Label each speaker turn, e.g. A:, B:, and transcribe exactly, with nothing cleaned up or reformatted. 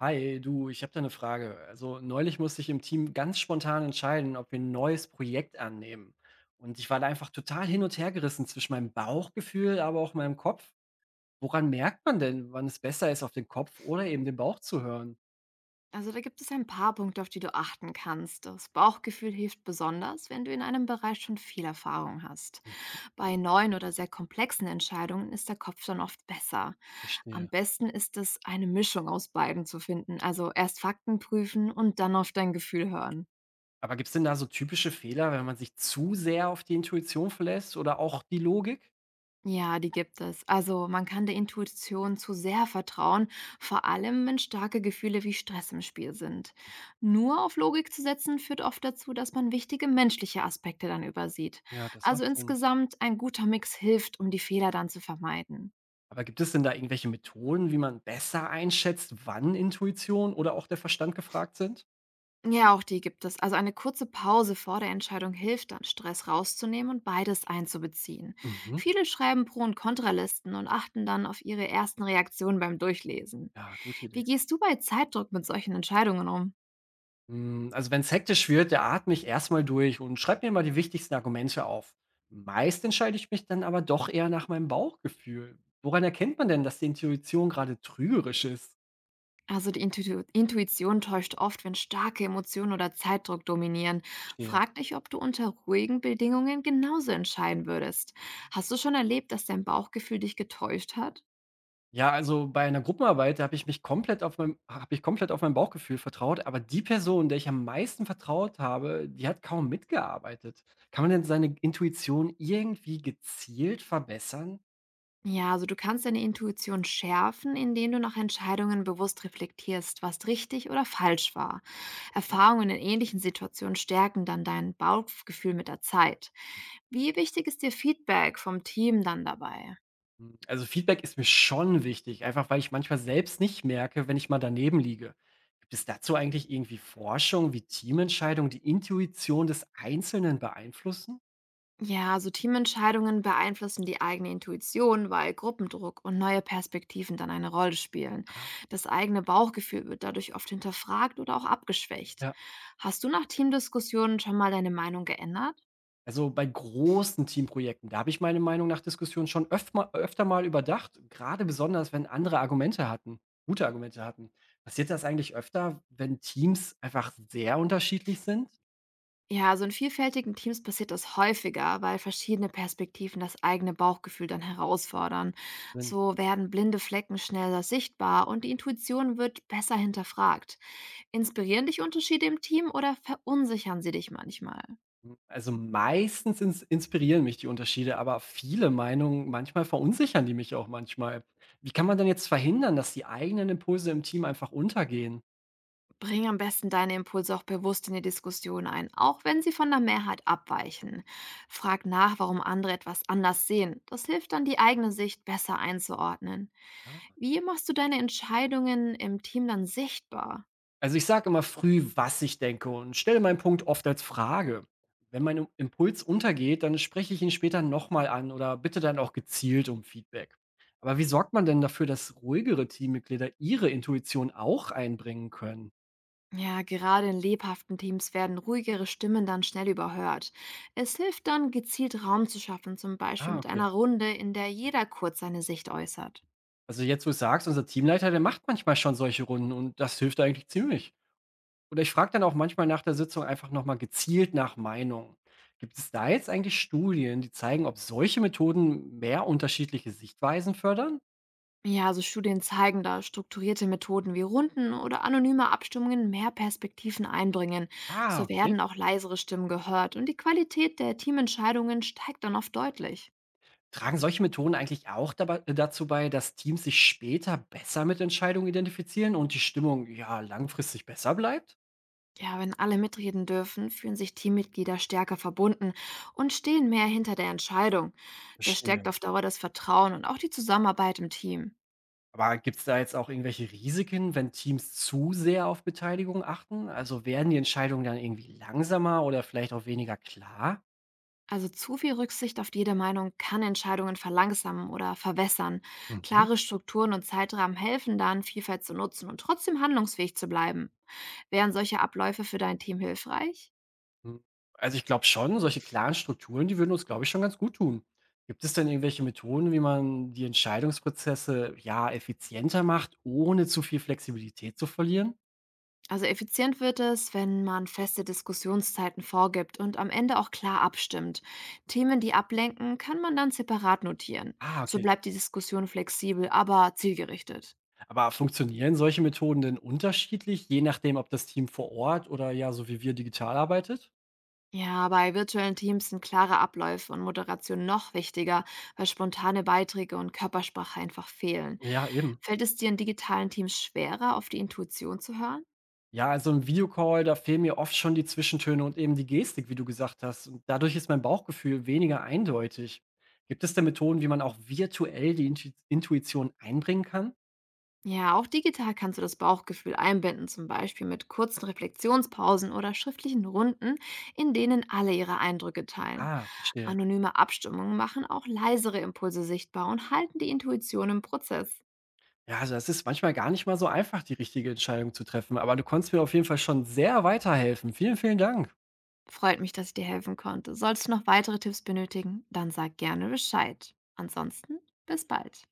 A: Hi, du, ich habe da eine Frage. Also neulich musste ich im Team ganz spontan entscheiden, ob wir ein neues Projekt annehmen. Und ich war da einfach total hin und her gerissen zwischen meinem Bauchgefühl, aber auch meinem Kopf. Woran merkt man denn, wann es besser ist, auf den Kopf oder eben den Bauch zu hören?
B: Also da gibt es ein paar Punkte, auf die du achten kannst. Das Bauchgefühl hilft besonders, wenn du in einem Bereich schon viel Erfahrung hast.
A: Hm.
B: Bei neuen oder sehr komplexen Entscheidungen ist der Kopf dann oft besser.
A: Verstehe.
B: Am besten ist es, eine Mischung aus beiden zu finden. Also erst Fakten prüfen und dann auf dein Gefühl hören.
A: Aber gibt es denn da so typische Fehler, wenn man sich zu sehr auf die Intuition verlässt oder auch die Logik?
B: Ja, die gibt es. Also man kann der Intuition zu sehr vertrauen, vor allem wenn starke Gefühle wie Stress im Spiel sind. Nur auf Logik zu setzen führt oft dazu, dass man wichtige menschliche Aspekte dann übersieht.
A: Ja, das
B: Also
A: macht Sinn.
B: insgesamt ein guter Mix hilft, um die Fehler dann zu vermeiden.
A: Aber gibt es denn da irgendwelche Methoden, wie man besser einschätzt, wann Intuition oder auch der Verstand gefragt sind?
B: Ja, auch die gibt es. Also eine kurze Pause vor der Entscheidung hilft dann, Stress rauszunehmen und beides einzubeziehen.
A: Mhm.
B: Viele schreiben Pro- und Kontralisten und achten dann auf ihre ersten Reaktionen beim Durchlesen.
A: Ja, gute
B: Wie
A: Idee.
B: gehst du bei Zeitdruck mit solchen Entscheidungen um?
A: Hm, also wenn's hektisch wird, der atme ich erstmal durch und schreibe mir mal die wichtigsten Argumente auf. Meist entscheide ich mich dann aber doch eher nach meinem Bauchgefühl. Woran erkennt man denn, dass die Intuition gerade trügerisch ist?
B: Also die Intuitu Intuition täuscht oft, wenn starke Emotionen oder Zeitdruck dominieren.
A: Verstehe.
B: Frag dich, ob du unter ruhigen Bedingungen genauso entscheiden würdest. Hast du schon erlebt, dass dein Bauchgefühl dich getäuscht hat?
A: Ja, also bei einer Gruppenarbeit, habe ich mich komplett auf mein habe ich komplett auf mein Bauchgefühl vertraut, aber die Person, der ich am meisten vertraut habe, die hat kaum mitgearbeitet. Kann man denn seine Intuition irgendwie gezielt verbessern?
B: Ja, also du kannst deine Intuition schärfen, indem du nach Entscheidungen bewusst reflektierst, was richtig oder falsch war. Erfahrungen in ähnlichen Situationen stärken dann dein Bauchgefühl mit der Zeit. Wie wichtig ist dir Feedback vom Team dann dabei?
A: Hm, also Feedback ist mir schon wichtig, einfach weil ich manchmal selbst nicht merke, wenn ich mal daneben liege. Gibt es dazu eigentlich irgendwie Forschung, wie Teamentscheidungen die Intuition des Einzelnen beeinflussen?
B: Ja, also Teamentscheidungen beeinflussen die eigene Intuition, weil Gruppendruck und neue Perspektiven dann eine Rolle spielen.
A: Ah.
B: Das eigene Bauchgefühl wird dadurch oft hinterfragt oder auch abgeschwächt.
A: Ja.
B: Hast du nach Teamdiskussionen schon mal deine Meinung geändert?
A: Also bei großen Teamprojekten, da habe ich meine Meinung nach Diskussion schon öfter, öfter mal überdacht, gerade besonders, wenn andere Argumente hatten, gute Argumente hatten. Passiert das eigentlich öfter, wenn Teams einfach sehr unterschiedlich sind?
B: Ja, also in vielfältigen Teams passiert das häufiger, weil verschiedene Perspektiven das eigene Bauchgefühl dann herausfordern. So werden blinde Flecken schneller sichtbar und die Intuition wird besser hinterfragt. Inspirieren dich Unterschiede im Team oder verunsichern sie dich manchmal?
A: Hm, also, meistens ins inspirieren mich die Unterschiede, aber viele Meinungen manchmal verunsichern die mich auch manchmal. Wie kann man denn jetzt verhindern, dass die eigenen Impulse im Team einfach untergehen?
B: Bring am besten deine Impulse auch bewusst in die Diskussion ein, auch wenn sie von der Mehrheit abweichen. Frag nach, warum andere etwas anders sehen. Das hilft dann, die eigene Sicht besser einzuordnen.
A: Ah.
B: Wie machst du deine Entscheidungen im Team dann sichtbar?
A: Also, ich sage immer früh, was ich denke und stelle meinen Punkt oft als Frage. Wenn mein Impuls untergeht, dann spreche ich ihn später nochmal an oder bitte dann auch gezielt um Feedback. Aber wie sorgt man denn dafür, dass ruhigere Teammitglieder ihre Intuition auch einbringen können?
B: Ja, gerade in lebhaften Teams werden ruhigere Stimmen dann schnell überhört. Es hilft dann, gezielt Raum zu schaffen, zum Beispiel
A: Ah,
B: mit
A: okay.
B: einer Runde, in der jeder kurz seine Sicht äußert.
A: Also jetzt, wo du's sagst, unser Teamleiter, der macht manchmal schon solche Runden und das hilft eigentlich ziemlich. Oder ich frage dann auch manchmal nach der Sitzung einfach noch mal gezielt nach Meinung. Gibt es da jetzt eigentlich Studien, die zeigen, ob solche Methoden mehr unterschiedliche Sichtweisen fördern?
B: Ja, also Studien zeigen, dass strukturierte Methoden wie Runden oder anonyme Abstimmungen mehr Perspektiven einbringen.
A: Ah,
B: So
A: okay.
B: werden auch leisere Stimmen gehört und die Qualität der Teamentscheidungen steigt dann oft deutlich.
A: Tragen solche Methoden eigentlich auch dabei, dazu bei, dass Teams sich später besser mit Entscheidungen identifizieren und die Stimmung ja langfristig besser bleibt?
B: Ja, wenn alle mitreden dürfen, fühlen sich Teammitglieder stärker verbunden und stehen mehr hinter der Entscheidung. Das stärkt
A: Verstehe.
B: auf Dauer das Vertrauen und auch die Zusammenarbeit im Team.
A: Aber gibt's da jetzt auch irgendwelche Risiken, wenn Teams zu sehr auf Beteiligung achten? Also, werden die Entscheidungen dann irgendwie langsamer oder vielleicht auch weniger klar?
B: Also zu viel Rücksicht auf jede Meinung kann Entscheidungen verlangsamen oder verwässern.
A: Mhm.
B: Klare Strukturen und Zeitrahmen helfen dann, Vielfalt zu nutzen und trotzdem handlungsfähig zu bleiben. Wären solche Abläufe für dein Team hilfreich?
A: Hm, also, ich glaube schon, solche klaren Strukturen, die würden uns, glaube ich, schon ganz gut tun. Gibt es denn irgendwelche Methoden, wie man die Entscheidungsprozesse, ja, effizienter macht, ohne zu viel Flexibilität zu verlieren?
B: Also effizient wird es, wenn man feste Diskussionszeiten vorgibt und am Ende auch klar abstimmt. Themen, die ablenken, kann man dann separat notieren.
A: Ah,
B: So
A: okay.
B: bleibt die Diskussion flexibel, aber zielgerichtet.
A: Aber funktionieren solche Methoden denn unterschiedlich, je nachdem, ob das Team vor Ort oder ja, so wie wir digital arbeitet?
B: Ja, bei virtuellen Teams sind klare Abläufe und Moderation noch wichtiger, weil spontane Beiträge und Körpersprache einfach fehlen.
A: Ja, eben.
B: Fällt es dir in digitalen Teams schwerer, auf die Intuition zu hören?
A: Ja, also im Videocall, da fehlen mir oft schon die Zwischentöne und eben die Gestik, wie du gesagt hast. Und dadurch ist mein Bauchgefühl weniger eindeutig. Gibt es denn Methoden, wie man auch virtuell die Intu Intuition einbringen kann?
B: Ja, auch digital kannst du das Bauchgefühl einbinden, zum Beispiel mit kurzen Reflexionspausen oder schriftlichen Runden, in denen alle ihre Eindrücke teilen.
A: Ah, verstehe.
B: Anonyme Abstimmungen machen auch leisere Impulse sichtbar und halten die Intuition im Prozess.
A: Ja, also das ist manchmal gar nicht mal so einfach, die richtige Entscheidung zu treffen. Aber du konntest mir auf jeden Fall schon sehr weiterhelfen. Vielen, vielen Dank.
B: Freut mich, dass ich dir helfen konnte. Sollst du noch weitere Tipps benötigen, dann sag gerne Bescheid. Ansonsten, bis bald.